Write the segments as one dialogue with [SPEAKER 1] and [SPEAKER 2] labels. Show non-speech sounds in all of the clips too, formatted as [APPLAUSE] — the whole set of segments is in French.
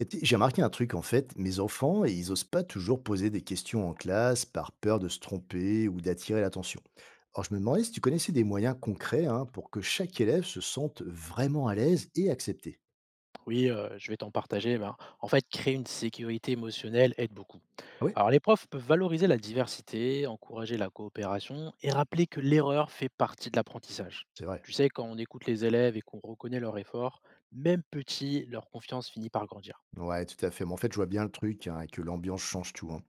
[SPEAKER 1] Et puis, j'ai remarqué un truc en fait, mes enfants, ils osent pas toujours poser des questions en classe par peur de se tromper ou d'attirer l'attention. Alors je me demandais si tu connaissais des moyens concrets, hein, pour que chaque élève se sente vraiment à l'aise et accepté.
[SPEAKER 2] Oui, je vais t'en partager. Ben, en fait, créer une sécurité émotionnelle aide beaucoup.
[SPEAKER 1] Ah ouais,
[SPEAKER 2] Alors, les profs peuvent valoriser la diversité, encourager la coopération et rappeler que l'erreur fait partie de l'apprentissage.
[SPEAKER 1] c'est vrai.
[SPEAKER 2] Tu sais, quand on écoute les élèves et qu'on reconnaît leur effort, même petit, leur confiance finit par grandir.
[SPEAKER 1] Ouais, tout à fait. Mais en fait, je vois bien le truc, hein, que l'ambiance change tout, hein.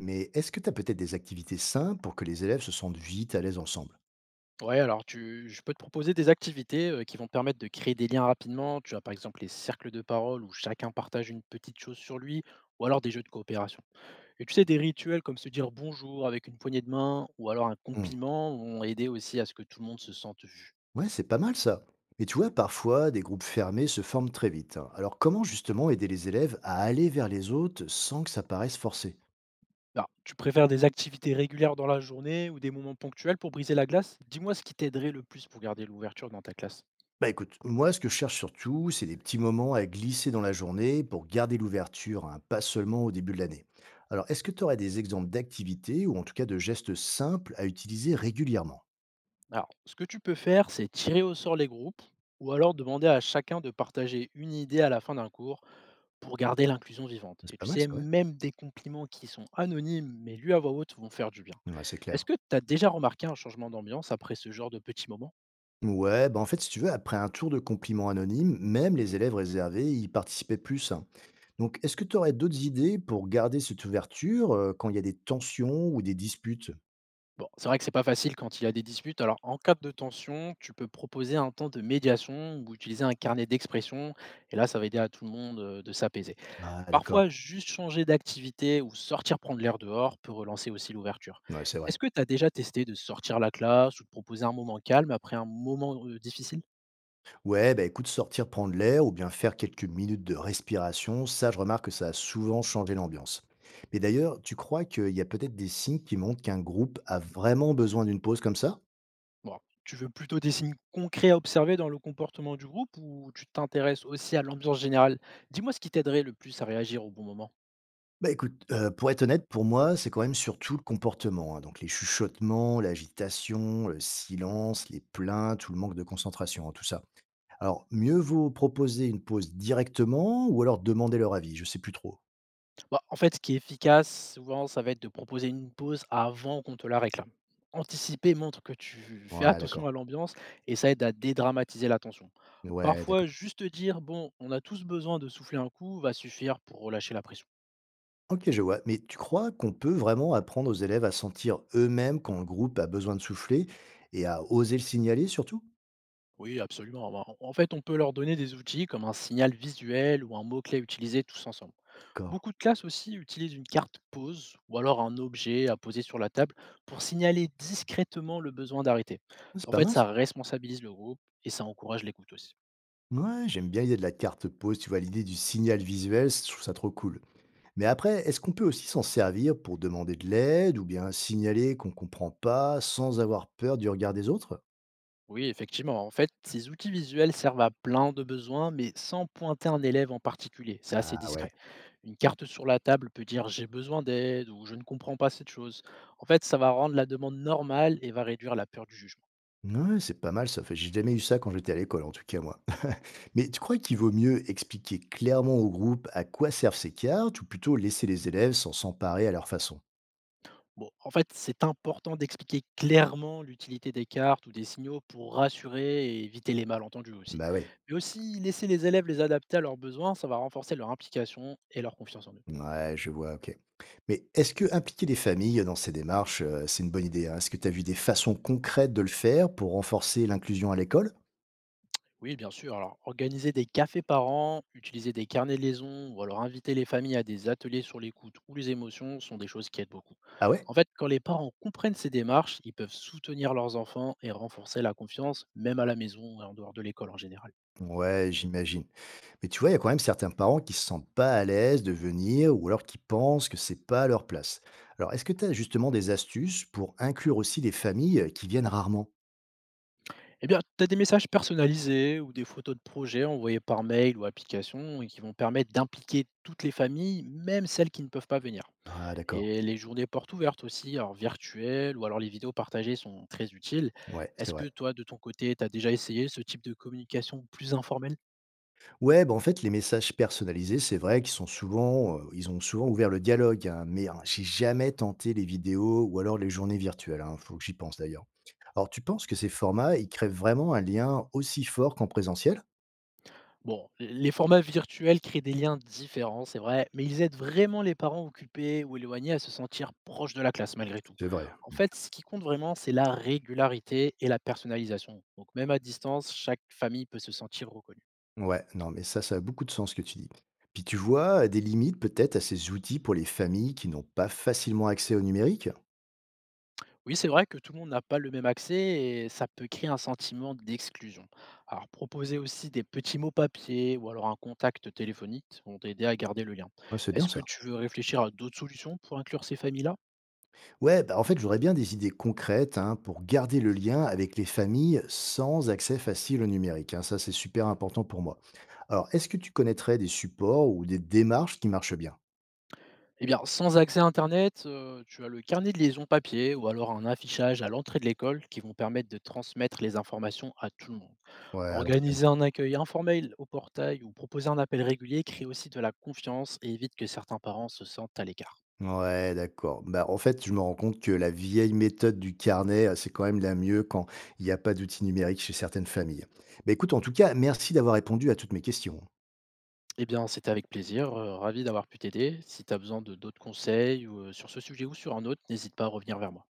[SPEAKER 1] Mais est-ce que tu as peut-être des activités simples pour que les élèves se sentent vite à l'aise ensemble?
[SPEAKER 2] Ouais, alors tu je peux te proposer des activités, qui vont te permettre de créer des liens rapidement. Tu as par exemple les cercles de parole où chacun partage une petite chose sur lui ou alors des jeux de coopération. Et tu sais, des rituels comme se dire «bonjour» avec une poignée de main ou alors un
[SPEAKER 1] Hmm.
[SPEAKER 2] compliment vont aider aussi à ce que tout le monde se sente vu.
[SPEAKER 1] Ouais, c'est pas mal ça. Mais tu vois, parfois, des groupes fermés se forment très vite, hein. Alors comment justement aider les élèves à aller vers les autres sans que ça paraisse forcé?
[SPEAKER 2] Alors, tu préfères des activités régulières dans la journée ou des moments ponctuels pour briser la glace? Dis-moi ce qui t'aiderait le plus pour garder l'ouverture dans ta classe.
[SPEAKER 1] Bah écoute, moi ce que je cherche surtout, c'est des petits moments à glisser dans la journée pour garder l'ouverture, hein, pas seulement au début de l'année. Alors est-ce que tu aurais des exemples d'activités ou en tout cas de gestes simples à utiliser régulièrement?
[SPEAKER 2] Alors, ce que tu peux faire, c'est tirer au sort les groupes ou alors demander à chacun de partager une idée à la fin d'un cours pour garder l'inclusion vivante.
[SPEAKER 1] C'est
[SPEAKER 2] Et
[SPEAKER 1] pas
[SPEAKER 2] tu
[SPEAKER 1] mal
[SPEAKER 2] sais,
[SPEAKER 1] ça, ouais?
[SPEAKER 2] même des compliments qui sont anonymes mais lus à voix haute vont faire du bien.
[SPEAKER 1] Ouais, c'est
[SPEAKER 2] Est-ce
[SPEAKER 1] clair.
[SPEAKER 2] que tu as déjà remarqué un changement d'ambiance après ce genre de petits moments?
[SPEAKER 1] Ouais, bah en fait, si tu veux, après un tour de compliments anonymes, même les élèves réservés y participaient plus, hein. Donc, est-ce que tu aurais d'autres idées pour garder cette ouverture quand il y a des tensions ou des disputes?
[SPEAKER 2] Bon, c'est vrai que c'est pas facile quand il y a des disputes. Alors, en cas de tension, tu peux proposer un temps de médiation ou utiliser un carnet d'expression. Et là, ça va aider à tout le monde de s'apaiser.
[SPEAKER 1] Ah,
[SPEAKER 2] Parfois,
[SPEAKER 1] d'accord.
[SPEAKER 2] juste changer d'activité ou sortir prendre l'air dehors peut relancer aussi l'ouverture.
[SPEAKER 1] Ouais, c'est vrai.
[SPEAKER 2] Est-ce que tu as déjà testé de sortir la classe ou de proposer un moment calme après un moment difficile?
[SPEAKER 1] Ouais, bah écoute, sortir prendre l'air ou bien faire quelques minutes de respiration, ça, je remarque que ça a souvent changé l'ambiance. Mais d'ailleurs, tu crois qu'il y a peut-être des signes qui montrent qu'un groupe a vraiment besoin d'une pause comme ça?
[SPEAKER 2] Bon, tu veux plutôt des signes concrets à observer dans le comportement du groupe ou tu t'intéresses aussi à l'ambiance générale? Dis-moi ce qui t'aiderait le plus à réagir au bon moment.
[SPEAKER 1] Bah, écoute, pour être honnête, pour moi, c'est quand même surtout le comportement, hein, donc les chuchotements, l'agitation, le silence, les plaintes ou le manque de concentration, hein, tout ça. Alors, mieux vaut proposer une pause directement ou alors demander leur avis, je sais plus trop.
[SPEAKER 2] Bah, en fait, ce qui est efficace, souvent, ça va être de proposer une pause avant qu'on te la réclame. Anticiper montre que tu fais
[SPEAKER 1] Ouais, d'accord.
[SPEAKER 2] attention à l'ambiance et ça aide à dédramatiser la tension.
[SPEAKER 1] Ouais, d'accord.
[SPEAKER 2] Parfois, juste dire, bon, on a tous besoin de souffler un coup, va suffire pour relâcher la pression.
[SPEAKER 1] OK, je vois, mais tu crois qu'on peut vraiment apprendre aux élèves à sentir eux-mêmes quand le groupe a besoin de souffler et à oser le signaler surtout?
[SPEAKER 2] Oui, absolument. Bah, en fait, on peut leur donner des outils comme un signal visuel ou un mot-clé utilisé tous ensemble.
[SPEAKER 1] D'accord.
[SPEAKER 2] Beaucoup de classes aussi utilisent une carte pause ou alors un objet à poser sur la table pour signaler discrètement le besoin d'arrêter.
[SPEAKER 1] Ah, c'est
[SPEAKER 2] En
[SPEAKER 1] pas
[SPEAKER 2] fait,
[SPEAKER 1] mal ça.
[SPEAKER 2] ça responsabilise le groupe et ça encourage l'écoute aussi.
[SPEAKER 1] Ouais, j'aime bien l'idée de la carte pause, tu vois? L'idée du signal visuel, je trouve ça trop cool. Mais après, est-ce qu'on peut aussi s'en servir pour demander de l'aide ou bien signaler qu'on ne comprend pas sans avoir peur du regard des autres?
[SPEAKER 2] Oui, effectivement. En fait, ces outils visuels servent à plein de besoins, mais sans pointer un élève en particulier. C'est assez
[SPEAKER 1] Ah
[SPEAKER 2] discret.
[SPEAKER 1] ouais.
[SPEAKER 2] Une carte sur la table peut dire j'ai besoin d'aide ou je ne comprends pas cette chose. En fait, ça va rendre la demande normale et va réduire la peur du jugement.
[SPEAKER 1] Ouais, c'est pas mal ça. Fait, j'ai jamais eu ça quand j'étais à l'école, en tout cas moi. [LAUGHS] Mais tu crois qu'il vaut mieux expliquer clairement au groupe à quoi servent ces cartes ou plutôt laisser les élèves s'emparer à leur façon?
[SPEAKER 2] Bon, en fait, c'est important d'expliquer clairement l'utilité des cartes ou des signaux pour rassurer et éviter les malentendus aussi.
[SPEAKER 1] Bah ouais.
[SPEAKER 2] Mais aussi, laisser les élèves les adapter à leurs besoins, ça va renforcer leur implication et leur confiance en eux.
[SPEAKER 1] Ouais, je vois, ok. Mais est-ce que impliquer les familles dans ces démarches, c'est une bonne idée, hein? Est-ce que tu as vu des façons concrètes de le faire pour renforcer l'inclusion à l'école?
[SPEAKER 2] Oui, bien sûr. Alors, organiser des cafés parents, utiliser des carnets de liaison ou alors inviter les familles à des ateliers sur l'écoute ou les émotions sont des choses qui aident beaucoup.
[SPEAKER 1] Ah ouais?
[SPEAKER 2] En fait, quand les parents comprennent ces démarches, ils peuvent soutenir leurs enfants et renforcer la confiance, même à la maison et en dehors de l'école en général.
[SPEAKER 1] Ouais, j'imagine. Mais tu vois, il y a quand même certains parents qui se sentent pas à l'aise de venir ou alors qui pensent que c'est pas à leur place. Alors, est-ce que tu as justement des astuces pour inclure aussi les familles qui viennent rarement?
[SPEAKER 2] Eh bien, tu as des messages personnalisés ou des photos de projets envoyés par mail ou application et qui vont permettre d'impliquer toutes les familles, même celles qui ne peuvent pas venir.
[SPEAKER 1] Ah, d'accord.
[SPEAKER 2] Et les journées portes ouvertes aussi, alors virtuelles ou alors les vidéos partagées sont très utiles.
[SPEAKER 1] Ouais, c'est
[SPEAKER 2] Est-ce
[SPEAKER 1] vrai.
[SPEAKER 2] que toi, de ton côté, tu as déjà essayé ce type de communication plus informelle?
[SPEAKER 1] Ouais, bah en fait, les messages personnalisés, c'est vrai qu'ils sont souvent, ils ont souvent ouvert le dialogue, hein, mais hein, j'ai jamais tenté les vidéos ou alors les journées virtuelles, hein, faut que j'y pense d'ailleurs. Alors, tu penses que ces formats, ils créent vraiment un lien aussi fort qu'en présentiel?
[SPEAKER 2] Bon, les formats virtuels créent des liens différents, c'est vrai, mais ils aident vraiment les parents occupés ou éloignés à se sentir proches de la classe malgré tout.
[SPEAKER 1] C'est vrai.
[SPEAKER 2] En fait, ce qui compte vraiment, c'est la régularité et la personnalisation. Donc même à distance, chaque famille peut se sentir reconnue.
[SPEAKER 1] Ouais, non, mais ça a beaucoup de sens ce que tu dis. Puis tu vois des limites peut-être à ces outils pour les familles qui n'ont pas facilement accès au numérique?
[SPEAKER 2] Oui, c'est vrai que tout le monde n'a pas le même accès et ça peut créer un sentiment d'exclusion. Alors proposer aussi des petits mots papier ou alors un contact téléphonique vont t'aider à garder le lien.
[SPEAKER 1] Ouais, c'est bien
[SPEAKER 2] Est-ce que
[SPEAKER 1] ça.
[SPEAKER 2] tu veux réfléchir à d'autres solutions pour inclure ces familles-là?
[SPEAKER 1] Ouais, bah en fait, j'aurais bien des idées concrètes, hein, pour garder le lien avec les familles sans accès facile au numérique, hein. Ça, c'est super important pour moi. Alors, est-ce que tu connaîtrais des supports ou des démarches qui marchent bien?
[SPEAKER 2] Eh bien, sans accès à Internet, tu as le carnet de liaison papier ou alors un affichage à l'entrée de l'école qui vont permettre de transmettre les informations à tout le monde.
[SPEAKER 1] Ouais, à l'ancienne.
[SPEAKER 2] Organiser un accueil informel au portail ou proposer un appel régulier crée aussi de la confiance et évite que certains parents se sentent à l'écart.
[SPEAKER 1] Ouais, d'accord. Bah, en fait, je me rends compte que la vieille méthode du carnet, c'est quand même la mieux quand il n'y a pas d'outils numériques chez certaines familles. Bah, écoute, en tout cas, merci d'avoir répondu à toutes mes questions.
[SPEAKER 2] Eh bien, c'était avec plaisir, ravi d'avoir pu t'aider. Si tu as besoin de d'autres conseils ou, sur ce sujet ou sur un autre, n'hésite pas à revenir vers moi.